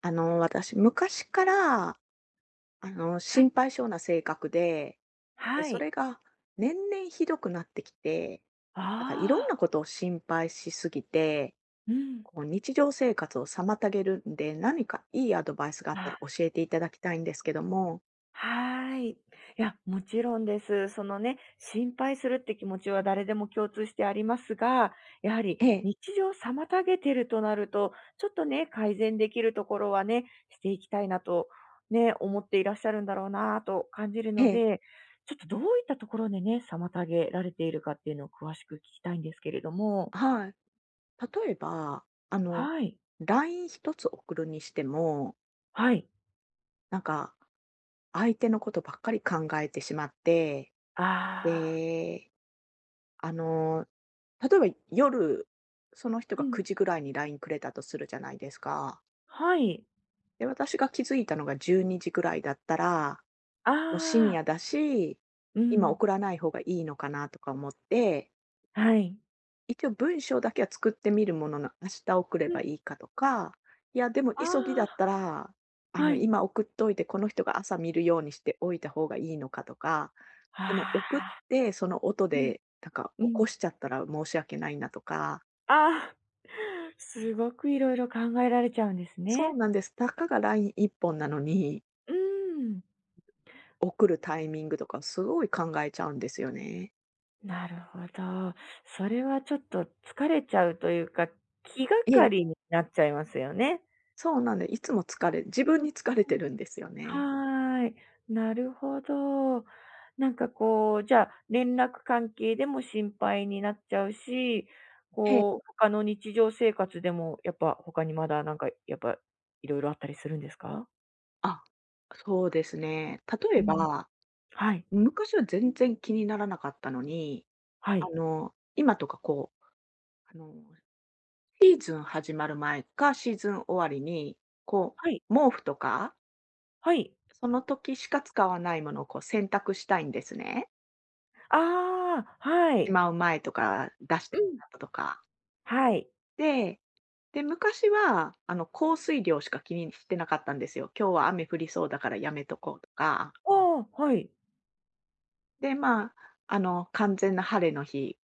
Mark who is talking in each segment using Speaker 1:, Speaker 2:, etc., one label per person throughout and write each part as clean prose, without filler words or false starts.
Speaker 1: 私、昔から、
Speaker 2: は
Speaker 1: 心
Speaker 2: い。
Speaker 1: 配性な性格で、
Speaker 2: は
Speaker 1: そ
Speaker 2: い。
Speaker 1: れが年々ひどくなってきて、なんかいろ
Speaker 2: あ
Speaker 1: ん
Speaker 2: あ、
Speaker 1: なことを心配しすぎて、
Speaker 2: うん。
Speaker 1: こう日常生活を妨げるんで、何かいいアドバイスがあった
Speaker 2: あ、
Speaker 1: ら教えていただきたいんですけども。
Speaker 2: はい。いや、もちろんです。そのね、心配するって気持ちは誰でも共通してありますが、やはり
Speaker 1: ええ、
Speaker 2: 日常を妨げてるとなると、ちょっとね、改善できるところはね、していきたいなと、ね、思っていらっしゃるんだろうなと感じる
Speaker 1: え
Speaker 2: の
Speaker 1: え、
Speaker 2: で、ちょっとどういったところでね、妨げられているかっていうのを詳しく聞きたいんですけれども。
Speaker 1: はい。例えば、
Speaker 2: はい。
Speaker 1: ライン一つ送るにしても、
Speaker 2: はい。
Speaker 1: なんか相手のことばっかり考えてしまって、
Speaker 2: ああ。
Speaker 1: で、あの例えば夜、その人
Speaker 2: う
Speaker 1: が
Speaker 2: ん。
Speaker 1: 9時ぐらいに LINE くれたとするじゃないですか。
Speaker 2: はい。
Speaker 1: で、私が気づいたのが12時ぐらいだったら、
Speaker 2: あ
Speaker 1: もう深
Speaker 2: あ、
Speaker 1: 夜だし、
Speaker 2: う
Speaker 1: 今
Speaker 2: ん、
Speaker 1: 送らない方がいいのかなとか思って、
Speaker 2: はい。
Speaker 1: 一応文章だけは作ってみるものの、明日送れ
Speaker 2: う
Speaker 1: ば
Speaker 2: ん、
Speaker 1: いいかとか、いや、でも急ぎだった
Speaker 2: あ
Speaker 1: ら、
Speaker 2: あ、はい。
Speaker 1: 今送っといて、この人が朝見るようにしておいた方がいいのかとか、でも
Speaker 2: あ
Speaker 1: 送っ
Speaker 2: あ、
Speaker 1: て、その音
Speaker 2: うん、
Speaker 1: で、なんか
Speaker 2: う
Speaker 1: 起こ
Speaker 2: ん。
Speaker 1: しちゃったら申し訳ないなとか、
Speaker 2: ああ、すごくいろいろ考えられちゃうんです
Speaker 1: そう
Speaker 2: ね。
Speaker 1: なんです。たかがライン一本なのに、
Speaker 2: うーん、
Speaker 1: 送るタイミングとかすごい考えちゃうんですよね。
Speaker 2: なるほど。それはちょっと疲れちゃうというか、気が
Speaker 1: え
Speaker 2: か
Speaker 1: え。
Speaker 2: りになっちゃいますよね。
Speaker 1: そうなんで、いつも自
Speaker 2: う
Speaker 1: 分
Speaker 2: ん。
Speaker 1: に疲れてるんですよ
Speaker 2: は
Speaker 1: ね。
Speaker 2: ーい。なるほど。なんかこう、じゃあ、連絡関係でも心配になっちゃうし、
Speaker 1: え
Speaker 2: こ
Speaker 1: え。
Speaker 2: う、他の日常生活でも、やっぱ他にまだなんか、やっぱ、いろいろあったりするんですか？
Speaker 1: あ、そうですね。例
Speaker 2: う
Speaker 1: え
Speaker 2: ん。
Speaker 1: ば、
Speaker 2: はい、
Speaker 1: 昔は全然気にならなかったのに、
Speaker 2: はい、
Speaker 1: 今とかこう、あの、シーズン始まる前か、シーズン終わりに、こ
Speaker 2: はい、
Speaker 1: う、毛布とか、
Speaker 2: はい。
Speaker 1: その時しか使わないものをこう洗濯したいんですね。
Speaker 2: ああ、は
Speaker 1: し
Speaker 2: い。
Speaker 1: まう前とか、出し
Speaker 2: う
Speaker 1: ても
Speaker 2: ん。
Speaker 1: らったとか。
Speaker 2: はい。
Speaker 1: で、で、昔は、降水量しか気にしてなかったんですよ。今日は雨降りそうだからやめとこうとか。
Speaker 2: おーはい。
Speaker 1: で、まあ、完全な晴れの日、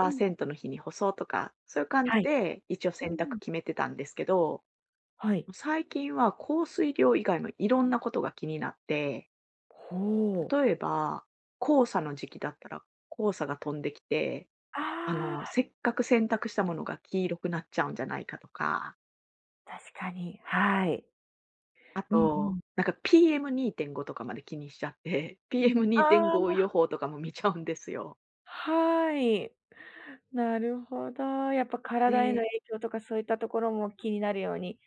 Speaker 2: うん。
Speaker 1: の日に干そうとか、そういう感じ
Speaker 2: はい。
Speaker 1: で、一応
Speaker 2: う
Speaker 1: 選択
Speaker 2: ん。
Speaker 1: 決めてたんですけど、
Speaker 2: はい。
Speaker 1: 最近は降水量以外のいろんなことが気になって、
Speaker 2: ほう。
Speaker 1: 例えば、黄砂の時期だったら、黄砂が飛んできて、
Speaker 2: ああ、
Speaker 1: せっかく洗濯したものが黄色くなっちゃうんじゃないかとか、
Speaker 2: 確かに、はい。
Speaker 1: あ
Speaker 2: うんう
Speaker 1: と、
Speaker 2: ん。
Speaker 1: なんか PM2.5 とかまで気にしちゃって、
Speaker 2: あ
Speaker 1: PM2.5 予
Speaker 2: あ。
Speaker 1: 報とかも見ちゃうんですよ。
Speaker 2: はい。なるほど。やっぱ体への
Speaker 1: で
Speaker 2: 影響とかそういったところも気になるように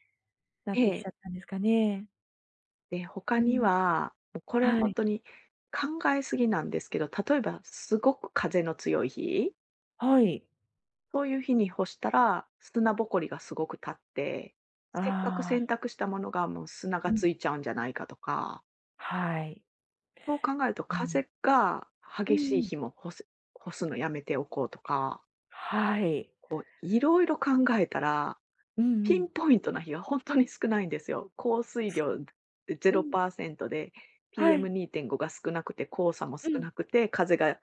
Speaker 2: なっ
Speaker 1: え
Speaker 2: てきち
Speaker 1: え。
Speaker 2: ゃったんですかね。
Speaker 1: で、他
Speaker 2: う
Speaker 1: に
Speaker 2: ん。
Speaker 1: は、もうこれ
Speaker 2: は
Speaker 1: 本
Speaker 2: い。
Speaker 1: 当に考えすぎなんですけど、例えばすごく風の強い日、
Speaker 2: はい。
Speaker 1: そういう日に干したら、砂ぼこりがすごく立って、せっかく
Speaker 2: あ
Speaker 1: 洗
Speaker 2: あ。
Speaker 1: 濯したものがもう砂が
Speaker 2: うん。
Speaker 1: ついちゃうんじゃないかとか、
Speaker 2: はい。
Speaker 1: そう考えると
Speaker 2: うん。
Speaker 1: 風が
Speaker 2: う
Speaker 1: 激
Speaker 2: ん
Speaker 1: しい
Speaker 2: うん。
Speaker 1: 日も干すのやめておこうとか、
Speaker 2: はい。
Speaker 1: いろいろ考えたら
Speaker 2: うんう
Speaker 1: ピ
Speaker 2: ん。
Speaker 1: ンポイントな日は本当に少ないんですよ。降水量
Speaker 2: うん。
Speaker 1: 0%で、
Speaker 2: はい。
Speaker 1: PM2.5 が少なくて、黄砂も
Speaker 2: う
Speaker 1: 少
Speaker 2: ん。
Speaker 1: なくて、風が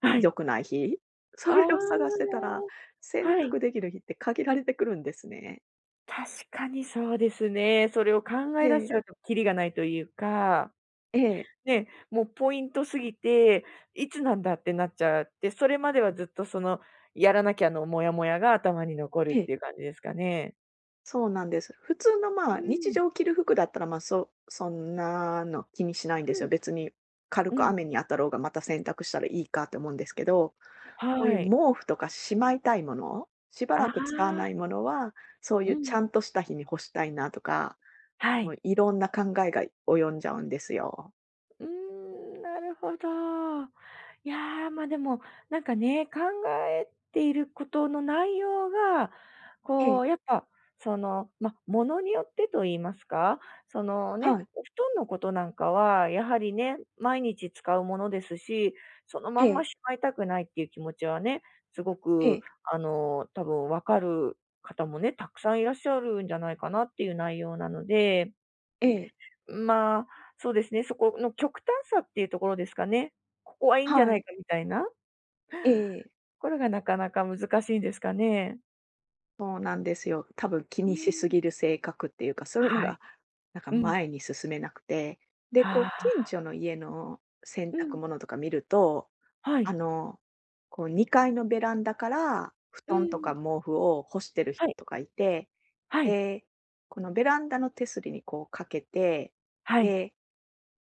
Speaker 2: は
Speaker 1: 良
Speaker 2: い。
Speaker 1: くない日。そ
Speaker 2: あ
Speaker 1: れを探して
Speaker 2: あ。
Speaker 1: たら、選
Speaker 2: はい。
Speaker 1: 択できる日って限られてくるんですね。
Speaker 2: 確かにそうですね。それを考
Speaker 1: え
Speaker 2: え出し
Speaker 1: え、
Speaker 2: ちゃうとキリがないというか。
Speaker 1: ええ、
Speaker 2: ね、もうポイントすぎて、いつなんだってなっちゃって、それまではずっとその、やらなきゃのモヤモヤが頭に残る
Speaker 1: え
Speaker 2: って
Speaker 1: え、
Speaker 2: いう感じですかね。
Speaker 1: そうなんです。普通の、
Speaker 2: う
Speaker 1: まあ、日
Speaker 2: ん、
Speaker 1: 常着る服だったら、まあ、そんなの気にしないん
Speaker 2: う
Speaker 1: ですよ。
Speaker 2: ん、
Speaker 1: 別に軽
Speaker 2: う
Speaker 1: く
Speaker 2: ん、
Speaker 1: 雨に当たろうが、また洗濯したらいいかって思うんですけどこうい
Speaker 2: は
Speaker 1: う
Speaker 2: い。
Speaker 1: 毛布とかしまいたいもの、しば
Speaker 2: あ
Speaker 1: らく使わ
Speaker 2: あ、
Speaker 1: ないものは、そう
Speaker 2: う
Speaker 1: いうち
Speaker 2: ん、
Speaker 1: ゃんとした日に干したいなとか、
Speaker 2: は
Speaker 1: もう
Speaker 2: い。
Speaker 1: いろんな考えが及んじゃうんですよ。
Speaker 2: うーん、なるほど。いやー、ま、でも、なんかね、考えていることの内容が、
Speaker 1: え
Speaker 2: こ
Speaker 1: え、
Speaker 2: う、やっぱ、その、まあ、ものによってと言いますか、そのね、
Speaker 1: はい、
Speaker 2: お布団のことなんかは、やはりね、毎日使うものですし、そのま
Speaker 1: え
Speaker 2: んま
Speaker 1: え、
Speaker 2: しまいたくないっていう気持ちはね、すご
Speaker 1: え
Speaker 2: く、
Speaker 1: え、
Speaker 2: 多分分かる方もね、たくさんいらっしゃるんじゃないかなっていう内容なので、
Speaker 1: ええ、
Speaker 2: まあ、そうですね、そこの極端さっていうところですかね。ここはいいんじゃ
Speaker 1: は
Speaker 2: ない
Speaker 1: い、
Speaker 2: かみたいな、
Speaker 1: ええ。
Speaker 2: これがなかなか難しいんですかね。
Speaker 1: そうなんですよ。多分気
Speaker 2: う
Speaker 1: にし
Speaker 2: ん。
Speaker 1: すぎる性格っていうか、そういうの
Speaker 2: はい。
Speaker 1: が、なんか
Speaker 2: うん。
Speaker 1: 前に進めなくて、で、
Speaker 2: は
Speaker 1: こう近
Speaker 2: あ。
Speaker 1: 所の家の洗
Speaker 2: う
Speaker 1: 濯
Speaker 2: ん。
Speaker 1: 物とか見ると、
Speaker 2: は
Speaker 1: あ
Speaker 2: い。
Speaker 1: の、こう2階のベランダから布
Speaker 2: う
Speaker 1: 団と
Speaker 2: ん。
Speaker 1: か毛布を干してる
Speaker 2: はい。
Speaker 1: 人がいて、
Speaker 2: はい。
Speaker 1: で、このベランダの手すりにこうかけて、
Speaker 2: はい。
Speaker 1: で、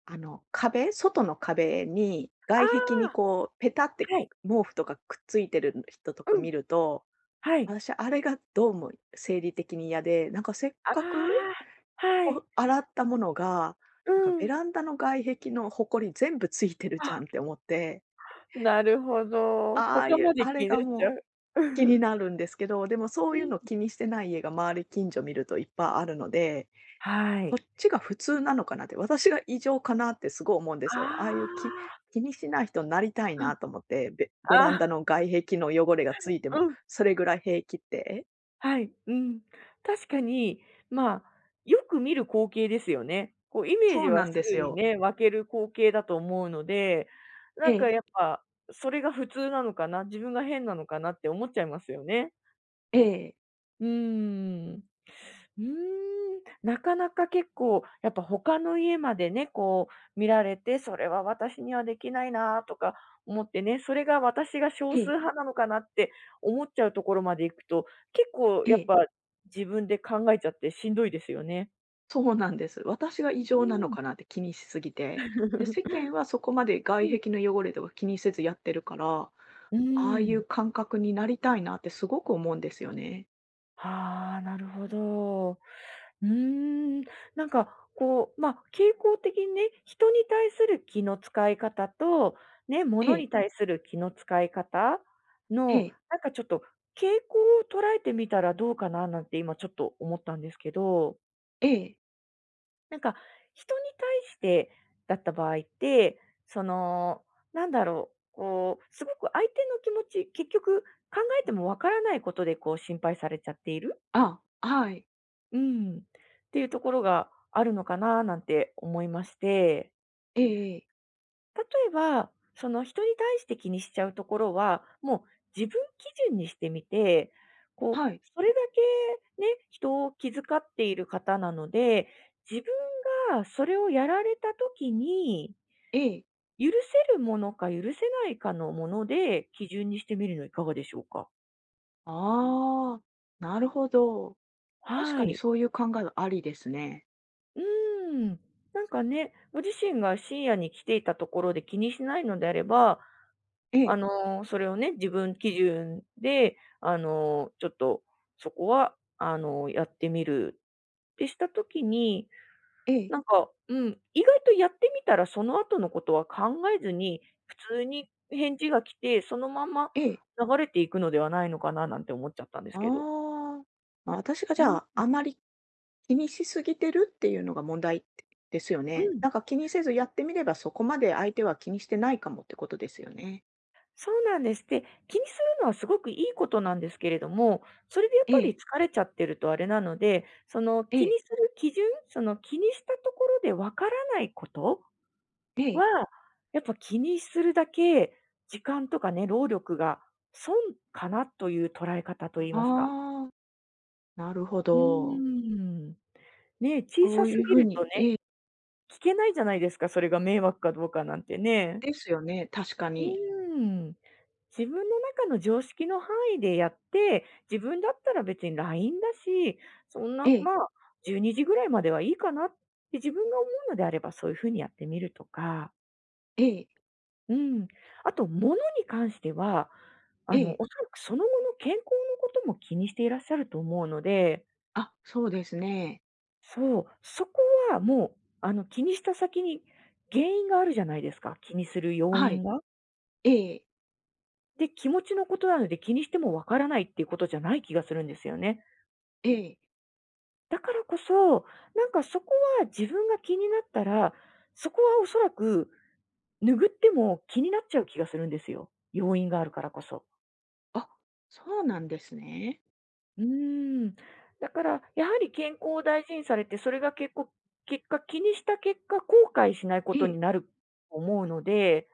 Speaker 1: あの壁、外の壁に
Speaker 2: あ
Speaker 1: 外壁に
Speaker 2: あ、
Speaker 1: こうペタって
Speaker 2: はい。
Speaker 1: 毛布とかくっついてる人と
Speaker 2: う
Speaker 1: か
Speaker 2: ん。
Speaker 1: 見ると
Speaker 2: はい。
Speaker 1: 私、あれがどうも生理的に嫌で、なんかせっかく、
Speaker 2: ああ、はい。
Speaker 1: 洗ったものが、
Speaker 2: う
Speaker 1: なんかベ
Speaker 2: ん。
Speaker 1: ランダの外壁のほこり全部ついてるじゃん
Speaker 2: あ、
Speaker 1: って思って、
Speaker 2: なるほど。
Speaker 1: ああ
Speaker 2: 他
Speaker 1: いう、
Speaker 2: まで
Speaker 1: あれ
Speaker 2: 気にな
Speaker 1: が
Speaker 2: っ
Speaker 1: も
Speaker 2: ち
Speaker 1: う
Speaker 2: ゃう。う
Speaker 1: 気に
Speaker 2: ん。
Speaker 1: なるんですけど、でもそういうの 気にしてない家が周り近所見るといっぱいあるので、
Speaker 2: は
Speaker 1: こっ
Speaker 2: い。
Speaker 1: ちが普通なのかなって、私が異常かなってすごい思うんで
Speaker 2: あ
Speaker 1: すよ。ああいう
Speaker 2: あ。
Speaker 1: 気にしない人になりたい
Speaker 2: うん。
Speaker 1: なと思って、ベラン
Speaker 2: ああ、
Speaker 1: ダの外壁の汚れがついて
Speaker 2: う
Speaker 1: も、
Speaker 2: ん。
Speaker 1: それぐらい平気って。
Speaker 2: はい、うん。確かに、まあ、よく見る光景ですよね。こうイメー
Speaker 1: そ
Speaker 2: ジ
Speaker 1: う
Speaker 2: は
Speaker 1: な
Speaker 2: す
Speaker 1: んです
Speaker 2: ぐに
Speaker 1: よ。
Speaker 2: ね、湧ける光景だと思うので、
Speaker 1: え
Speaker 2: なんか
Speaker 1: え。
Speaker 2: やっぱ、それが普通なのかな、自分が変なのかなって思っちゃいますよね。
Speaker 1: ええ、
Speaker 2: うーん。うーん、なかなか結構やっぱ他の家までね、こう見られて、それは私にはできないなとか思ってね、それが私が少
Speaker 1: え
Speaker 2: 数
Speaker 1: え、
Speaker 2: 派なのかなって思っちゃうところまで行くと、結構
Speaker 1: え
Speaker 2: やっ
Speaker 1: え、
Speaker 2: ぱ自分で考えちゃってしんどいですよね。
Speaker 1: そうなんです。私が異
Speaker 2: う
Speaker 1: 常なの
Speaker 2: ん。
Speaker 1: かなって気にしすぎて。で、世間はそこまで
Speaker 2: う
Speaker 1: 外
Speaker 2: ん。
Speaker 1: 壁の汚れとか気にせずやってるから、
Speaker 2: う
Speaker 1: ああ
Speaker 2: ー
Speaker 1: いう
Speaker 2: ん。
Speaker 1: 感覚になりたいなってすごく思うんですよね。
Speaker 2: はあ、なるほど。うーん、なんかこう、ま、あ傾向的にね、人に対する気の使い方と、ね、
Speaker 1: え
Speaker 2: 物
Speaker 1: え、
Speaker 2: に対する気の使い方
Speaker 1: え
Speaker 2: の、
Speaker 1: え、
Speaker 2: なんかちょっと傾向を捉えてみたらどうかななんて今ちょっと思ったんですけど、
Speaker 1: ええ、
Speaker 2: なんか人に対してだった場合って、その、なんだろう、こう、すごく相手の気持ち、結局考えてもわからないことでこう心配されちゃっている？
Speaker 1: あ、はい、
Speaker 2: うん。っていうところがあるのかななんて思いまして、
Speaker 1: ええええ、
Speaker 2: 例えば、その人に対して気にしちゃうところは、もう自分基準にしてみて、こう、
Speaker 1: はい、
Speaker 2: それだけね、人を気遣っている方なので、自分がそれをやられた時に、
Speaker 1: ええ、
Speaker 2: 許せるものか許せないかのもので基準にしてみるのいかがでしょうか？
Speaker 1: ああ、なるほど。確
Speaker 2: は
Speaker 1: かに
Speaker 2: い。
Speaker 1: そういう考えはありですね。
Speaker 2: うーん。なんかね、ご自身が深夜に来ていたところで気にしないのであれば、
Speaker 1: ええ、
Speaker 2: それをね、自分基準で、ちょっとそこは、やってみるってした時に、
Speaker 1: ええ、
Speaker 2: なんか、うん、意外とやってみたらその後のことは考えずに、普通に返事が来て、そのまま
Speaker 1: ええ、
Speaker 2: 流れていくのではないのかななんて思っちゃったんですけど。
Speaker 1: ああ。ま、私がじ
Speaker 2: う
Speaker 1: ゃ
Speaker 2: ん、
Speaker 1: あ、あまり気にしすぎてるっていうのが問題ですよ
Speaker 2: う
Speaker 1: ね。
Speaker 2: ん。
Speaker 1: なんか気にせずやってみれば、そこまで相手は気にしてないかもってことですよね。
Speaker 2: そうなんです。で、気にするのはすごくいいことなんですけれども、それでやっ
Speaker 1: え
Speaker 2: ぱり
Speaker 1: え、
Speaker 2: 疲れちゃってるとあれなので、その
Speaker 1: え
Speaker 2: 気
Speaker 1: え、
Speaker 2: にする基準、その気にしたところでわからないこと
Speaker 1: ええ。
Speaker 2: は、やっぱ気にするだけ時間とかね、労力が損かなという捉え方といいますか。
Speaker 1: ああ、なるほ
Speaker 2: う
Speaker 1: ど。
Speaker 2: ーん。ね、小
Speaker 1: そ
Speaker 2: さ
Speaker 1: うい
Speaker 2: す
Speaker 1: うふ
Speaker 2: ぎ
Speaker 1: う
Speaker 2: ると
Speaker 1: に、
Speaker 2: ね、
Speaker 1: ええ、
Speaker 2: 聞けないじゃないですか、それが迷惑かどうかなんてね。
Speaker 1: ですよね、確か
Speaker 2: う
Speaker 1: に。
Speaker 2: ーん。自分の中の常識の範囲でやって、自分だったら別に LINE だし、そんな、
Speaker 1: ええ、
Speaker 2: まあ、12時ぐらいまではいいかなって自分が思うのであれば、そういう風にやってみるとか、
Speaker 1: ええ、
Speaker 2: うん。あと、物に関しては、
Speaker 1: ええ。
Speaker 2: おそらくその後の健康のことも気にしていらっしゃると思うので、
Speaker 1: あ、そうですね。
Speaker 2: そう、そこはもう、気にした先に原因があるじゃないですか、気にする要
Speaker 1: はい。
Speaker 2: 因が。
Speaker 1: ええ、
Speaker 2: で、気持ちのことなので気にしてもわからないっていうことじゃない気がするんですよね。
Speaker 1: ええ。
Speaker 2: だからこそ、なんかそこは自分が気になったら、そこはおそらく拭っても気になっちゃう気がするんですよ。要因があるからこそ。
Speaker 1: あ、そうなんですね。
Speaker 2: うーん。だから、やはり健康を大事にされて、それが結構、結果、気にした結果、後悔しないこ
Speaker 1: え
Speaker 2: と
Speaker 1: え、
Speaker 2: になると思うので、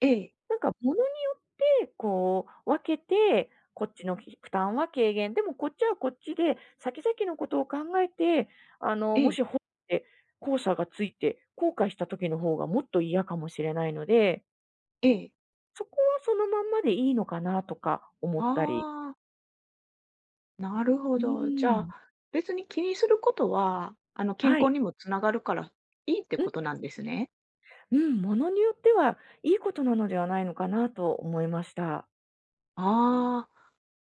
Speaker 1: ええ、
Speaker 2: なんか物によってこう分けて、こっちのひ負担は軽減、でもこっちはこっちで、先々のことを考えて、
Speaker 1: え
Speaker 2: も
Speaker 1: え、
Speaker 2: しほって後者がついて、後悔した時の方がもっと嫌かもしれないので、
Speaker 1: ええ。
Speaker 2: そこはそのまんまでいいのかなとか思ったり。
Speaker 1: ああ。なるほ
Speaker 2: う
Speaker 1: ど。じ
Speaker 2: ー
Speaker 1: ゃあ、
Speaker 2: ん。
Speaker 1: 別に気にすることは、健
Speaker 2: は
Speaker 1: 康
Speaker 2: い。
Speaker 1: にもつながるからいいって
Speaker 2: うん、
Speaker 1: ことなんですね。
Speaker 2: うん、物によってはいいことなのではないのかなと思いました。
Speaker 1: あ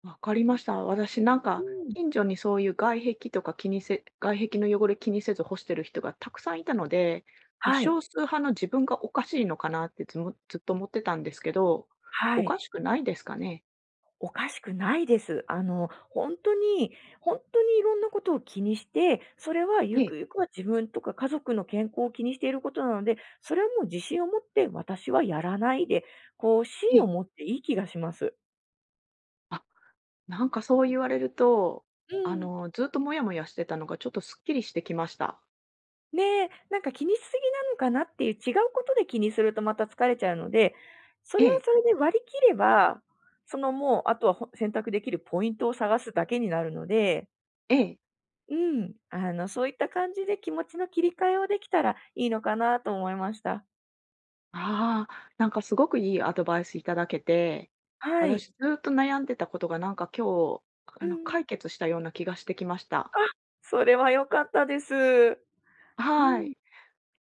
Speaker 1: あ、わかりました。私なん
Speaker 2: う
Speaker 1: か、
Speaker 2: ん。
Speaker 1: 近所にそういう外壁の汚れ気にせず干してる人がたくさんいたので、もう
Speaker 2: はい。
Speaker 1: 少数派の自分がおかしいのかなってずむずっと思ってたんですけど、
Speaker 2: は
Speaker 1: おか
Speaker 2: い。
Speaker 1: しくないですかね？
Speaker 2: おかしくないです。本当に本当にいろんなことを気にして、それは
Speaker 1: え
Speaker 2: ゆ
Speaker 1: え、
Speaker 2: くゆくは自分とか家族の健康を気にしていることなので、それはもう自信を持って私はやらないで、こう
Speaker 1: え
Speaker 2: 芯を
Speaker 1: え。
Speaker 2: 持っていい気がします。
Speaker 1: あ、なんかそう言われると、
Speaker 2: うん。
Speaker 1: ずっとモヤモヤしてたのがちょっとすっきりしてきました。
Speaker 2: ねえ、なんか気にしすぎなのかなっていう違うことで気にするとまた疲れちゃうので、そ
Speaker 1: え
Speaker 2: れは
Speaker 1: え、
Speaker 2: それで割り切れば、そのもうあとはほ選択できるポイントを探すだけになるので、
Speaker 1: ええ。
Speaker 2: うん、そういった感じで気持ちの切り替えをできたらいいのかなと思いました。
Speaker 1: ああ、なんかすごくいいアドバイスいただけて、
Speaker 2: はい。
Speaker 1: 私ずっと悩んでたことがなんか今日、
Speaker 2: うん。
Speaker 1: 解決したような気がしてきました。
Speaker 2: あ、それは良かったです。う
Speaker 1: は
Speaker 2: ん。
Speaker 1: い。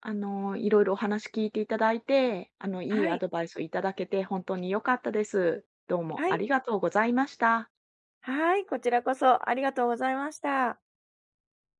Speaker 1: いろいろお話聞いていただいて、いい
Speaker 2: は
Speaker 1: ア
Speaker 2: い。
Speaker 1: ドバイスをいただけて本当に良かったです。どうも
Speaker 2: は
Speaker 1: あ
Speaker 2: い。
Speaker 1: りがとうございました。
Speaker 2: はい、こちらこそありがとうございました。